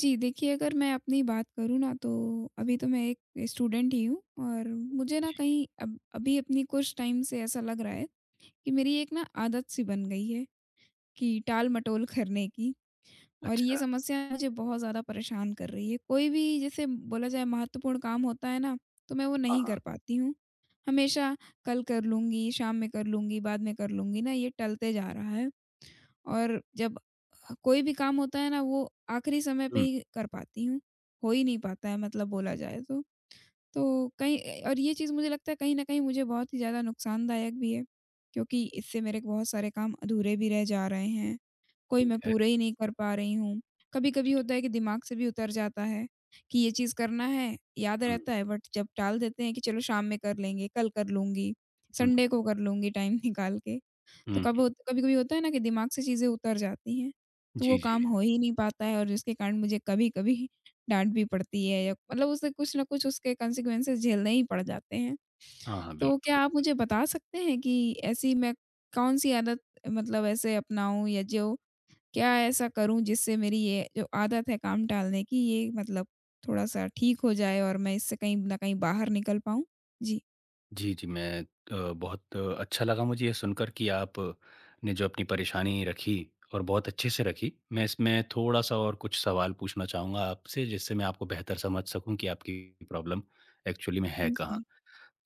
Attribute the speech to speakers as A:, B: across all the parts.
A: जी, देखिए अगर मैं अपनी बात करूँ ना, तो अभी तो मैं एक स्टूडेंट ही हूँ। और मुझे ना कहीं अब अभी अपनी कुछ टाइम से ऐसा लग रहा है कि मेरी एक ना आदत सी बन गई है कि टाल-मटोल करने की। और ये
B: अच्छा।
A: समस्या मुझे बहुत ज़्यादा परेशान कर रही है। कोई भी जैसे बोला जाए महत्वपूर्ण काम होता है ना, तो मैं वो
B: हाँ,
A: नहीं
B: हाँ।
A: कर पाती हूँ। हमेशा कल कर लूँगी, शाम में कर लूँगी, बाद में कर लूँगी, ना ये टलते जा रहा है। और जब ह कोई भी काम होता है ना, वो आखिरी समय पे
B: हुँ,
A: ही कर पाती हूँ। हो ही नहीं पाता है, मतलब बोला जाए तो। तो कहीं और ये चीज़ मुझे लगता है कहीं न कहीं मुझे बहुत ही ज़्यादा नुकसानदायक भी है, क्योंकि इससे मेरे बहुत सारे काम अधूरे भी रह जा रहे हैं। कोई
B: ठीक
A: मैं
B: है।
A: पूरे ही नहीं कर पा रही हूँ। कभी-कभी होता है कि दिमाग से भी उतर जाता है कि ये चीज़ करना है, याद
B: हुँ,
A: रहता है, बट जब टाल देते हैं कि चलो शाम में कर लेंगे, कल कर लूँगी,
B: हुँ,
A: संडे को कर लूँगी टाइम निकाल के। तो
B: हुँ।
A: कब होत कभी-कभी होता है ना कि दिमाग से चीज़ें उतर जाती हैं, तो वो
B: जी, जी।
A: काम हो ही नहीं पाता है, और जिसके कारण मुझे कभी-कभी डाँट भी पड़ती है या मतलब उससे कुछ न कुछ उसके कॉन्सिक्वेंसेस झेलने ही पड़ जाते हैं।
B: हाँ, हाँ,
A: तो
B: बिल्कुल,
A: क्या आप
B: बिल्कुल।
A: मुझे बता सकते हैं कि ऐसी मैं कौन-सी आदत, मतलब ऐसे अपनाऊँ या जो, क्या ऐसा करूँ जिससे मेरी ये जो आदत है काम टालने की, ये मतलब थोड़ा-सा ठीक हो जाए और मैं इससे कहीं न कहीं बाहर निकल पाऊँ? जी।
B: जी, जी, मैं बहुत अच्छा लगा मुझे ये सुनकर कि आप ने जो अपनी परेशानी रखी और बहुत अच्छे से रखी। मैं इसमें थोड़ा-सा और कुछ सवाल पूछना चाहूँगा आपसे जिससे मैं आपको बेहतर समझ सकूँ कि आपकी प्रॉब्लम एक्चुअली में है कहाँ।
A: जी,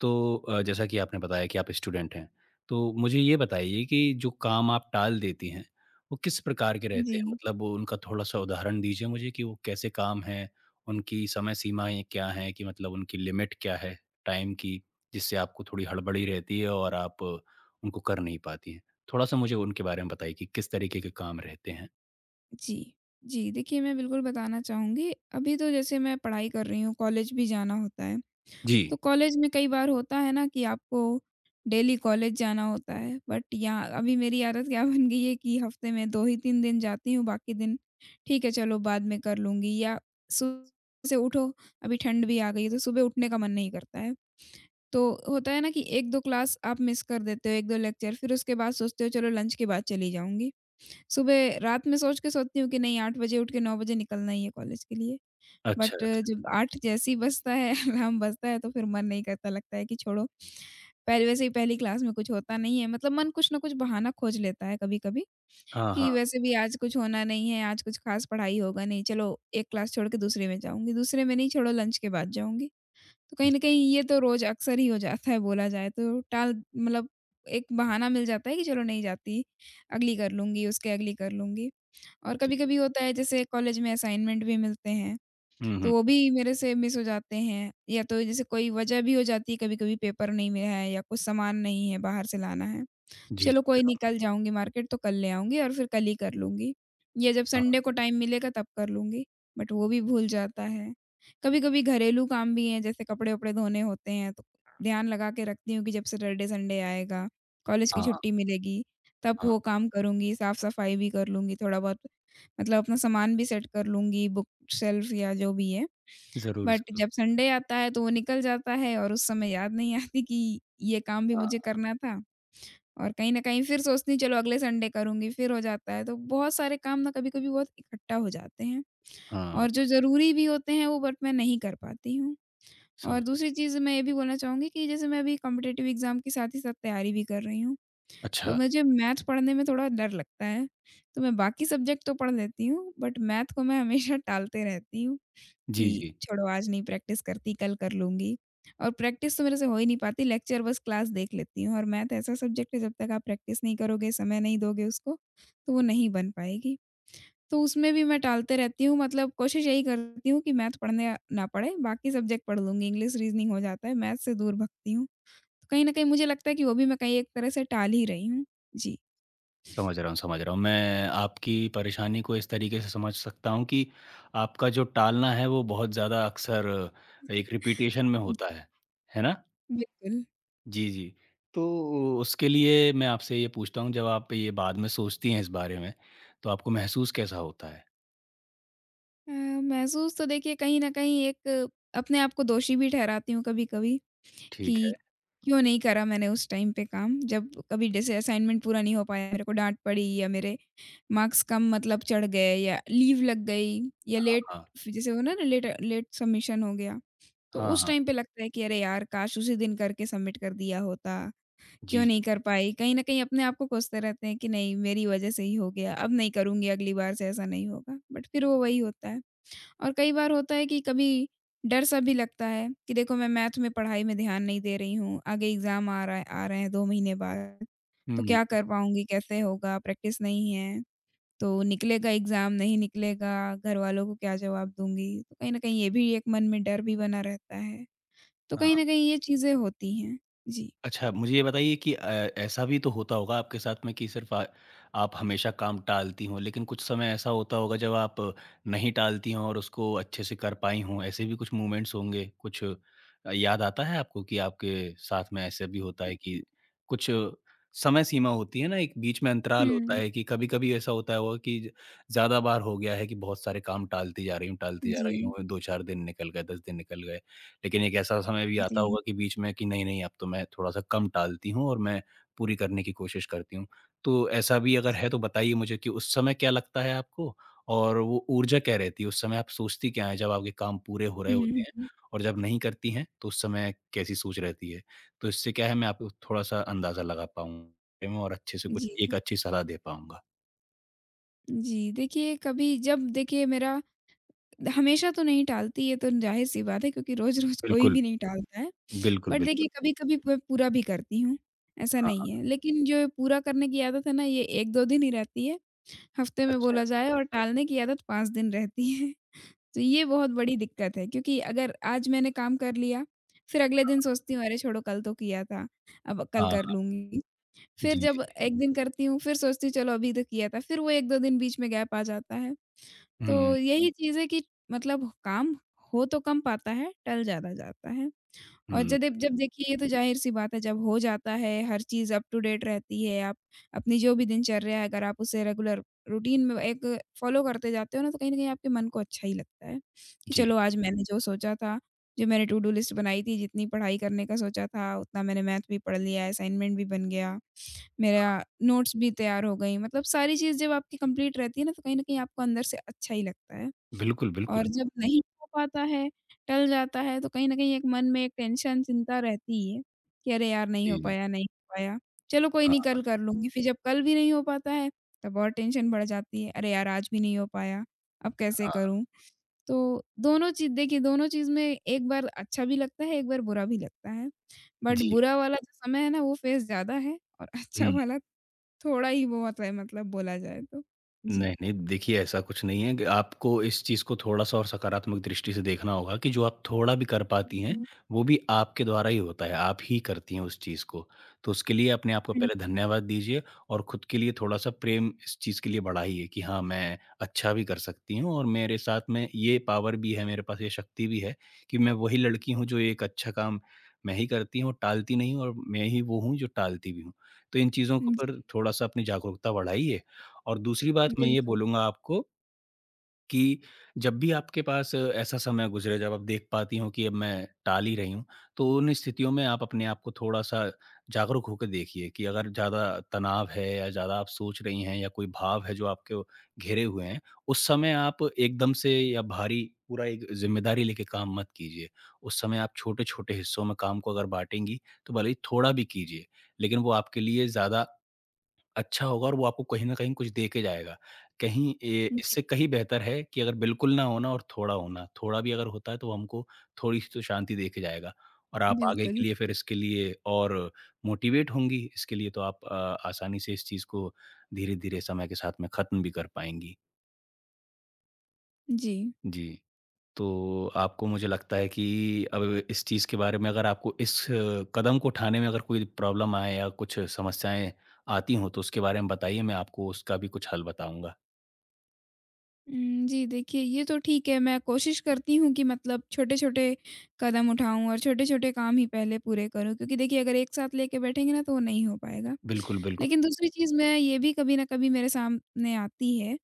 B: तो जैसा कि आपने बताया कि आप स्टूडेंट हैं, तो मुझे ये बताइए कि जो काम आप टाल देती हैं, वो किस प्रकार के रहते हैं?
A: जी।
B: मतलब वो उनका थोड़ा-सा उदाहरण दीजिए मुझे कि वो कैसे काम हैं? उनकी समय सीमाएँ क्या हैं कि मतलब उनकी लिमिट क्या है टाइम की, जिससे आपको थोड़ी हड़बड़ी रहती है और आप उनको कर नहीं पाती हैं? थोड़ा-सा मुझे उनके बारे में बताइए कि किस तरीके के काम रहते हैं?
A: जी। जी, देखिए मैं बिल्कुल बताना चाहूँगी। अभी तो जैसे मैं पढ़ाई कर रही हूँ, कॉलेज भी जाना होता है।
B: जी।
A: तो कॉलेज में कई बार होता है ना कि आपको डेली कॉलेज जाना होता है, बट यहाँ अभी मेरी आदत क्या बन गई है कि हफ्ते में 2 ही 3 दिन जाती हूँ, बाकी दिन ठीक है चलो बाद में कर लूँगी। या सुबह से उठो, अभी ठंड भी आ गई है, तो सुबह उठने का मन नहीं करता है। तो होता है ना कि 1-2 क्लास आप मिस कर देते हो, 1-2 लेक्चर, फिर उसके बाद सोचते हो चलो लंच के बाद चली जाऊँगी। सुबह रात में सोच के सोती हूँ कि नहीं, 8 बजे उठ के 9 बजे निकलना ही है कॉलेज के लिए।
B: अच्छा,
A: बट
B: अच्छा।
A: जब 8 जैसे ही बजता है अलार्म बजता है तो फिर मन नहीं करता, लगता है कि छोड़ो। पहले वैसे ही पहली क्लास में कुछ होता नहीं है, मतलब मन कुछ ना कुछ बहाना खोज लेता है कभी-कभी
B: हाँ,
A: कि
B: हाँ।
A: वैसे भी आज कुछ होना नहीं है, आज कुछ खास पढ़ाई होगा नहीं, चलो एक क्लास छोड़ के दूसरे में जाऊँगी, दूसरे में नहीं छोड़ो लंच के बाद जाऊँगी। तो कहीं न
B: जी,
A: कहीं ये तो रोज़ अक्सर ही हो जाता है बोला जाए तो। टाल मतलब एक बहाना मिल जाता है कि चलो नहीं जाती, अगली कर लूँगी, उसके अगली कर लूँगी। और
B: जी।
A: कभी-कभी होता है जैसे कॉलेज में असाइनमेंट भी मिलते हैं।
B: हुँ,
A: तो
B: हुँ।
A: वो भी मेरे से मिस हो जाते हैं, या तो जैसे कोई वजह भी हो जाती है कभी-कभी, पेपर नहीं मिला है या कुछ सामान नहीं है, बाहर से लाना है।
B: जी,
A: चलो
B: समझ
A: कोई
B: रहा
A: नहीं
B: हूँ।
A: कल जाऊँगी मार्केट, तो कल ले आऊँगी और फिर कल ही कर लूँगी। या जब संडे को टाइम मिलेगा तब कर लूँगी, बट वो भी भूल जाता है। कभी-कभी घरेलू काम भी हैं जैसे कपड़े-वपड़े धोने होते हैं, तो ध्यान लगा के रखती हूँ कि जब सैटरडे संडे आएगा, कॉलेज
B: हाँ,
A: की
B: हाँ,
A: छुट्टी मिलेगी, तब
B: हाँ।
A: वो काम करूँगी, साफ-सफाई भी कर लूँगी थोड़ा बहुत, मतलब अपना सामान भी सेट कर लूँगी, बुक शेल्फ या जो भी है।
B: ज़रूर,
A: बट
B: ज़रूर।
A: जब संडे आता है तो वो निकल जाता है और उस समय याद नहीं आती कि ये काम भी मुझे
B: हाँ,
A: करना था, और कहीं न कहीं फिर सोचती हूँ चलो अगले संडे करूँगी, फिर हो जाता है। तो बहुत सारे काम ना कभी-कभी बहुत इकट्ठा हो जाते हैं,
B: हाँ।
A: और जो ज़रूरी भी होते हैं वो बट मैं नहीं कर पाती हूँ। और
B: समझ
A: दूसरी चीज़ मैं ये भी बोलना चाहूँगी कि जैसे मैं अभी कॉम्पिटिटिव एग्ज़ाम के साथ ही साथ तैयारी भी कर रही हूँ। तो
B: अच्छा।
A: मुझे मैथ पढ़ने में थोड़ा डर लगता है। तो मैं बाकी सब्जेक्ट तो पढ़ लेती हूँ, बट मैथ को मैं हमेशा टालते रहती हूँ
B: जी,
A: कि
B: जी।
A: छोड़ो आज नहीं प्रैक्टिस करती, कल कर लूँगी। और प्रैक्टिस तो मेरे से हो ही नहीं पाती, लेक्चर बस क्लास देख लेती हूँ, और मैथ ऐसा सब्जेक्ट है जब तक आप प्रैक्टिस नहीं करोगे, समय नहीं दोगे उसको, तो वो नहीं बन पाएगी। तो उसमें भी मैं टालते रहती हूँ, मतलब कोशिश यही करती हूँ कि मैथ पढ़ने ना पड़े, बाकी सब्जेक्ट पढ़ लूँगी, इंग्लिश, रीज़निंग हो जाता है, मैथ से दूर भगती हूँ। तो कहीं न कहीं मुझे लगता है कि वो भी मैं कहीं एक तरह से टाल ही रही हूँ। जी।
B: समझ रहा हूँ, समझ रहा हूँ। मैं आपकी परेशानी को इस तरीके से समझ सकता हूँ कि आपका जो टालना है वो बहुत ज़्यादा अक्सर एक रिपीटेशन में होता है। है ना?
A: बिल्कुल।
B: जी, जी। तो उ उसके लिए मैं आपसे ये पूछता हूँ जब आप ये बाद में सोचती हैं इस बारे में, तो आपको महसूस कैसा होता है?
A: अ, महसूस तो देखिए कहीं न कहीं एक अपने आप को दोषी भी ठहराती हूँ कभी-कभी, कि
B: ठीक है।
A: क्यों नहीं करा मैंने उस टाइम पे काम। जब कभी जैसे असाइनमेंट पूरा नहीं हो पाया, मेरे को डाँट पड़ी, या मेरे मार्क्स कम मतलब चढ़ गए, या लीव लग गई, या
B: हाँ,
A: लेट,
B: हाँ।
A: जैसे होना है ना लेट लेट सबमिशन हो गया। तो
B: हाँ,
A: उस
B: हाँ।
A: टाइम पे लगता है कि अरे यार! काश उसी दिन करके सबमिट कर दिया होता।
B: जी,
A: क्यों नहीं
B: जी।
A: कर पाई? कहीं न कहीं अपने आप को कोसते रहते हैं कि नहीं मेरी वज़ह से ही हो गया, अब नहीं करूँगी, अगली बार से ऐसा नहीं होगा। बट फिर वो वही होता है। और कई बार होता है कि कभी डर सा भी लगता है कि देखो मैं मैथ में पढ़ाई में ध्यान नहीं दे रही हूँ, आगे एग्ज़ाम आ रहा है आ रहे हैं 2 महीने बाद, तो
B: हुँ,
A: क्या
B: हुँ।
A: कर पाऊँगी, कैसे होगा, प्रैक्टिस नहीं है, तो निकलेगा एग्ज़ाम, नहीं निकलेगा, घरवालों को क्या जवाब दूँगी? तो कहीं न कहीं ये भी एक मन में डर भी बना रहता है। तो कहीं न
B: हाँ।
A: कहीं ये चीज़ें होती हैं। जी।
B: अच्छा, मुझे ये बताइए कि ऐसा भी तो होता होगा आपके साथ में कि सिर्फ़ आप हमेशा काम टालती हों, लेकिन कुछ समय ऐसा होता होगा जब आप नहीं टालती हों और उसको अच्छे से कर पाई हों, ऐसे भी कुछ मोमेंट्स होंगे? कुछ याद आता है आपको कि आपके साथ में ऐसा भी होता है कि कुछ समय सीमा होती है ना, एक बीच में अंतराल होता
A: हुँ।
B: है कि कभी-कभी ऐसा होता होगा कि ज ज़्यादा बार हो गया है कि बहुत सारे काम टालती जा रही हूँ, टालती जा
A: जी।
B: रही हूँ, 2-4 दिन निकल गए, 10 दिन निकल गए। लेकिन एक ऐसा समय भी आता
A: जी।
B: होगा कि बीच में कि नहीं, नहीं अब तो मैं थोड़ा-सा कम टालती हूँ और मैं पूरी करने की कोशिश करती हूँ। तो ऐसा भी अगर है तो बताइए मुझे कि उस समय क्या लगता है आपको? और वो ऊर्जा क्या रहती है? उस समय आप सोचती क्या हैं जब आपके काम पूरे हो रहे
A: हुँ,
B: होते
A: हुँ,
B: हैं?
A: हुँ।
B: और जब नहीं करती हैं तो उस समय कैसी सोच रहती है? तो इससे क्या है मैं आपको थोड़ा-सा अंदाज़ा लगा पाऊँ और अच्छे से कुछ
A: जी।
B: एक अच्छी सलाह दे पाऊँगा।
A: जी, देखिए, कभी जब देखिए मेरा हमेशा तो नहीं टालती, ये तो ज़ाहिर-सी बात है क्योंकि रोज़-रोज़ कोई
B: बिल्कुल,
A: भी नहीं टालता है।
B: बिल्कुल,
A: बट
B: बिल्कुल।
A: देखिए कभी-कभी प पूरा भी करती हूँ, ऐसा
B: हाँ,
A: नहीं
B: हाँ।
A: है। लेकिन जो पूरा करने की आदत है ना ये 1-2 दिन ही रहती है, हफ्ते में
B: अच्छा।
A: बोला जाए, और टालने की आदत 5 दिन रहती है। तो ये बहुत बड़ी दिक्कत है क्योंकि अगर आज मैंने काम कर लिया, फिर अगले दिन सोचती हूँ अरे छोड़ो कल तो किया था, अब कल
B: हाँ,
A: कर लूँगी। फिर
B: जी,
A: जब
B: जी।
A: 1 दिन करती हूँ, फिर सोचती हूँ चलो अभी तो किया था, फिर वो 1-2 दिन बीच में गैप आ जाता है।
B: हुँ,
A: तो यही चीज़ है कि मतलब काम हो तो कम पाता है, टल ज़्यादा जाता है। और जब
B: हुँ।
A: देब जब देखिए, ये तो ज़ाहिर-सी बात है जब हो जाता है, हर चीज़ अप टू डेट रहती है, आप अपनी जो भी दिनचर्या है अगर आप उसे रेगुलर रूटीन में एक फ़ॉलो करते जाते हो ना, तो कहीं न कहीं आपके मन को अच्छा ही लगता है, कि
B: जी,
A: चलो आज मैंने जो सोचा था, जो मैंने टू डू लिस्ट बनाई थी, जितनी पढ़ाई करने का सोचा था, उतना मैंने मैथ भी पढ़ लिया, असाइनमेंट भी बन गया, मेरा नोट्स भी तैयार हो गई, मतलब सारी चीज़ जब आपकी कंप्लीट रहती है ना तो कहीं न कहीं आपको अंदर से अच्छा ही लगता है।
B: बिल्कुल, बिल्कुल।
A: और जब नहीं हो पाता है, टल जाता है, तो कहीं न कहीं एक मन में एक टेंशन, चिंता रहती ही है कि अरे यार! नहीं हो
B: जी, जी।
A: पाया, नहीं हो पाया। चलो कोई नहीं कल कर लूँगी, फिर जब कल भी नहीं हो पाता है तब और टेंशन बढ़ जाती है। अरे यार! आज भी नहीं हो पाया, अब कैसे
B: हाँ,
A: करूँ? तो दोनों चीज़ देखिए, दोनों चीज़ में एक बार अच्छा भी लगता है, एक बार बुरा भी लगता है। बट
B: जी।
A: बुरा वाला जो समय है ना वो फ़ेज़ ज़्यादा है, और अच्छा
B: हुँ,
A: वाला थोड़ा ही बहुत है, मतलब बोला जाए तो। जी।
B: नहीं, नहीं, देखिए ऐसा कुछ नहीं है कि आपको इस चीज़ को थोड़ा-सा और सकारात्मक दृष्टि से देखना होगा कि जो आप थोड़ा भी कर पाती हैं,
A: जी।
B: वो भी आपके द्वारा ही होता है, आप ही करती हैं उस चीज़ को। तो उसके लिए अपने आप को
A: हुँ,
B: पहले धन्यवाद दीजिए और खुद के लिए थोड़ा-सा प्रेम इस चीज़ के लिए बढ़ाइए कि हाँ, मैं अच्छा भी कर सकती हूँ और मेरे साथ में ये पावर भी है, मेरे पास ये शक्ति भी है कि मैं वही लड़की
A: हुँ।
B: हूँ जो एक अच्छा काम मैं ही करती हूँ, टालती नहीं हूँ और मैं ही वो हूँ जो टालती भी हूँ। तो इन चीज़ों के
A: जी,
B: ऊपर थोड़ा-सा अपनी जागरूकता बढ़ाइए और दूसरी बात मैं ये
A: बिल्कुल।
B: बोलूँगा आपको कि जब भी आपके पास ऐसा समय गुज़रे जब आप देख पाती हो कि अब मैं टाल ही रही हूँ, तो उन स्थितियों में आप अपने आप को थोड़ा-सा जागरूक होकर देखिए कि अगर ज़्यादा तनाव है या ज़्यादा आप सोच रही हैं या कोई भाव है जो आपको घेरे हुए हैं, उस समय आप एकदम से या भारी पूरा एक ज़िम्मेदारी लेके काम मत कीजिए। उस समय आप छोटे-छोटे हिस्सों में काम को अगर बाँटेंगी, तो भले ही थोड़ा भी कीजिए, लेकिन वो आपके लिए ज़्यादा अच्छा होगा और वो आपको कहीं न कहीं कुछ दे के जाएगा। कहीं ए
A: जी।
B: इससे कहीं बेहतर है कि अगर बिल्कुल ना होना और थोड़ा होना। थोड़ा भी अगर होता है तो वो हमको थोड़ी-सी तो शांति दे के जाएगा। और आप आगे के
A: बिल्कुल,
B: लिए फिर इसके लिए और मोटिवेट होंगी, इसके लिए तो आप आसानी से इस चीज़ को धीरे-धीरे समय के साथ में ख़त्म भी कर पाएँगी।
A: जी।
B: जी, तो आपको मुझे लगता है कि अब इस चीज़ के बारे में अगर आपको इस कदम को उठाने में अगर कोई प्रॉब्लम आए या कुछ समस्याएँ आती हों तो उसके बारे में बताइए, मैं आपको उसका भी कुछ हल बताऊँगा।
A: जी देखिए ये तो ठीक है, मैं कोशिश करती हूँ कि मतलब छोटे-छोटे कदम उठाऊँ और छोटे-छोटे काम ही पहले पूरे करूँ, क्योंकि देखिए अगर एक साथ लेके बैठेंगे ना तो वो नहीं हो पाएगा।
B: बिल्कुल, बिल्कुल।
A: लेकिन दूसरी चीज़ मैं ये भी कभी न कभी मेरे सामने आती है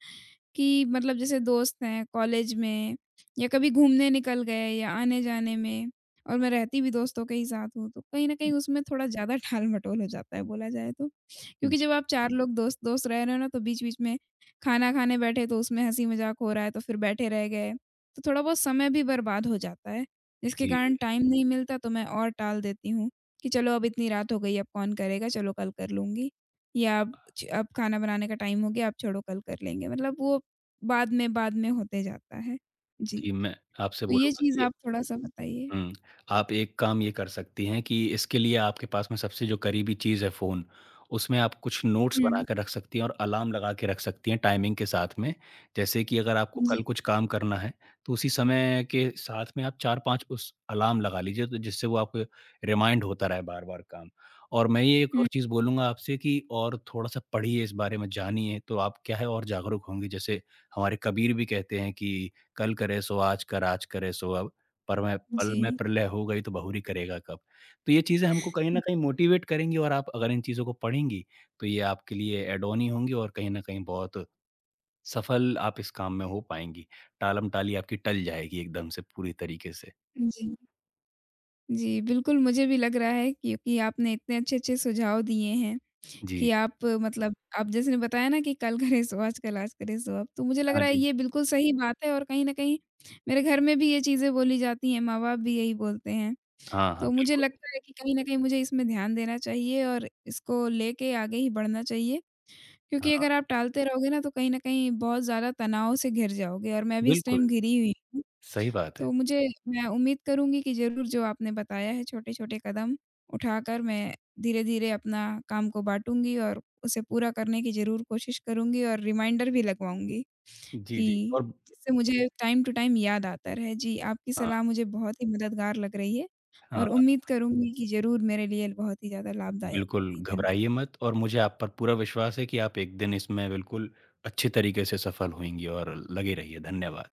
A: कि मतलब जैसे दोस्त हैं कॉलेज में, या कभी घूमने निकल गए, या आने-जाने में, और मैं रहती भी दोस्तों के ही साथ हूँ, तो कहीं न कहीं उसमें थोड़ा ज़्यादा टाल-मटोल हो जाता है बोला जाए तो। क्योंकि
B: जी,
A: जब आप 4 लोग दोस्त दोस्त रह रहे हो ना तो बीच-बीच में खाना खाने बैठे तो उसमें हँसी-मज़ाक हो रहा है तो फिर बैठे रह गए, तो थोड़ा बहुत समय भी बर्बाद हो जाता है, जिसके
B: जी,
A: कारण टाइम नहीं मिलता, तो मैं और टाल देती हूँ कि चलो अब इतनी रात हो गई अब कौन करेगा चलो कल कर लूँगी, या अब खाना बनाने का टाइम हो गया अब छोड़ो कल कर लेंगे। मतलब वो बाद में होते जाता है। जी,
B: जी, मैं आपसे
A: तो ये
B: बोलूँगा
A: चीज़
B: कि
A: आप थोड़ा-सा बताइए?
B: हुँ। आप एक काम ये कर सकती हैं कि इसके लिए आपके पास में सबसे जो करीबी चीज़ है फ़ोन, उसमें आप कुछ नोट्स बना
A: हुँ,
B: के रख सकती हैं और अलार्म लगा के रख सकती हैं टाइमिंग के साथ में। जैसे कि अगर आपको
A: जी,
B: कल कुछ काम करना है, तो उसी समय के साथ में आप 4-5 उस अलार्म लगा लीजिए तो जिससे वो आपको रिमाइंड होता रहे बार-बार काम। और मैं ये एक और
A: हुँ,
B: चीज़ बोलूँगा आपसे कि और थोड़ा-सा पढ़िए इस बारे में जानिए, तो आप क्या है और जागरूक होंगी। जैसे हमारे कबीर भी कहते हैं कि, "कल करे सो आज कर, आज करे सो अब।" पर मैं पल
A: जी।
B: में प्रलय हो गई तो बहुरी करेगा कब। तो ये चीज़ें हमको कहीं न कहीं मोटिवेट करेंगी और आप अगर इन चीज़ों को पढ़ेंगी, तो ये आपके लिए ऐड ऑन ही होंगी और कहीं न कहीं बहुत सफल आप इस काम में हो पाएँगी। टालम-टाली आपकी टल जाएगी एकदम से पूरी तरीके से।
A: जी, जी, बिल्कुल मुझे भी लग रहा है, क्योंकि आपने इतने अच्छे-अच्छे सुझाव दिए हैं
B: जी।
A: कि आप मतलब आप जैसे ने बताया ना कि कल करे सो आज, कल आज करे सो अब, तो मुझे लग
B: हाँ
A: रहा है
B: जी।
A: ये बिल्कुल सही बात है, और कहीं न कहीं मेरे घर में भी ये चीज़ें बोली जाती हैं, माँ-बाप भी यही बोलते हैं।
B: हाँ, हाँ,
A: तो मुझे
B: बिल्कुल।
A: लगता है कि कहीं न कहीं मुझे इसमें ध्यान देना चाहिए और इसको लेके आगे ही बढ़ना चाहिए। क्योंकि
B: हाँ,
A: अगर आप टालते रहोगे ना तो कहीं न कहीं बहुत ज़्यादा तनाव से घिर जाओगे, और मैं भी इस
B: बिल्कुल,
A: टाइम घिरी हुई हूँ।
B: सही बात है।
A: तो मुझे मैं उम्मीद करूँगी कि ज़रूर जो आपने बताया है छोटे-छोटे कदम उठाकर मैं धीरे-धीरे अपना काम को बाँटूँगी और उसे पूरा करने की ज़रूर कोशिश करूँगी, और रिमाइंडर भी लगवाऊँगी
B: जी,
A: कि
B: जी और
A: जिससे मुझे टाइम टू टाइम याद आता रहे। जी, आपकी
B: हाँ,
A: सलाह मुझे बहुत ही मददगार लग रही है, और
B: हाँ,
A: उम्मीद करूँगी कि ज़रूर मेरे लिए बहुत ही ज़्यादा लाभदायक
B: बिल्कुल
A: होगी। धन्य
B: घबराइए मत और मुझे आप पर पूरा विश्वास है कि आप एक दिन इसमें बिल्कुल अच्छे तरीके से सफल होंगी और लगे रहिए। धन्यवाद।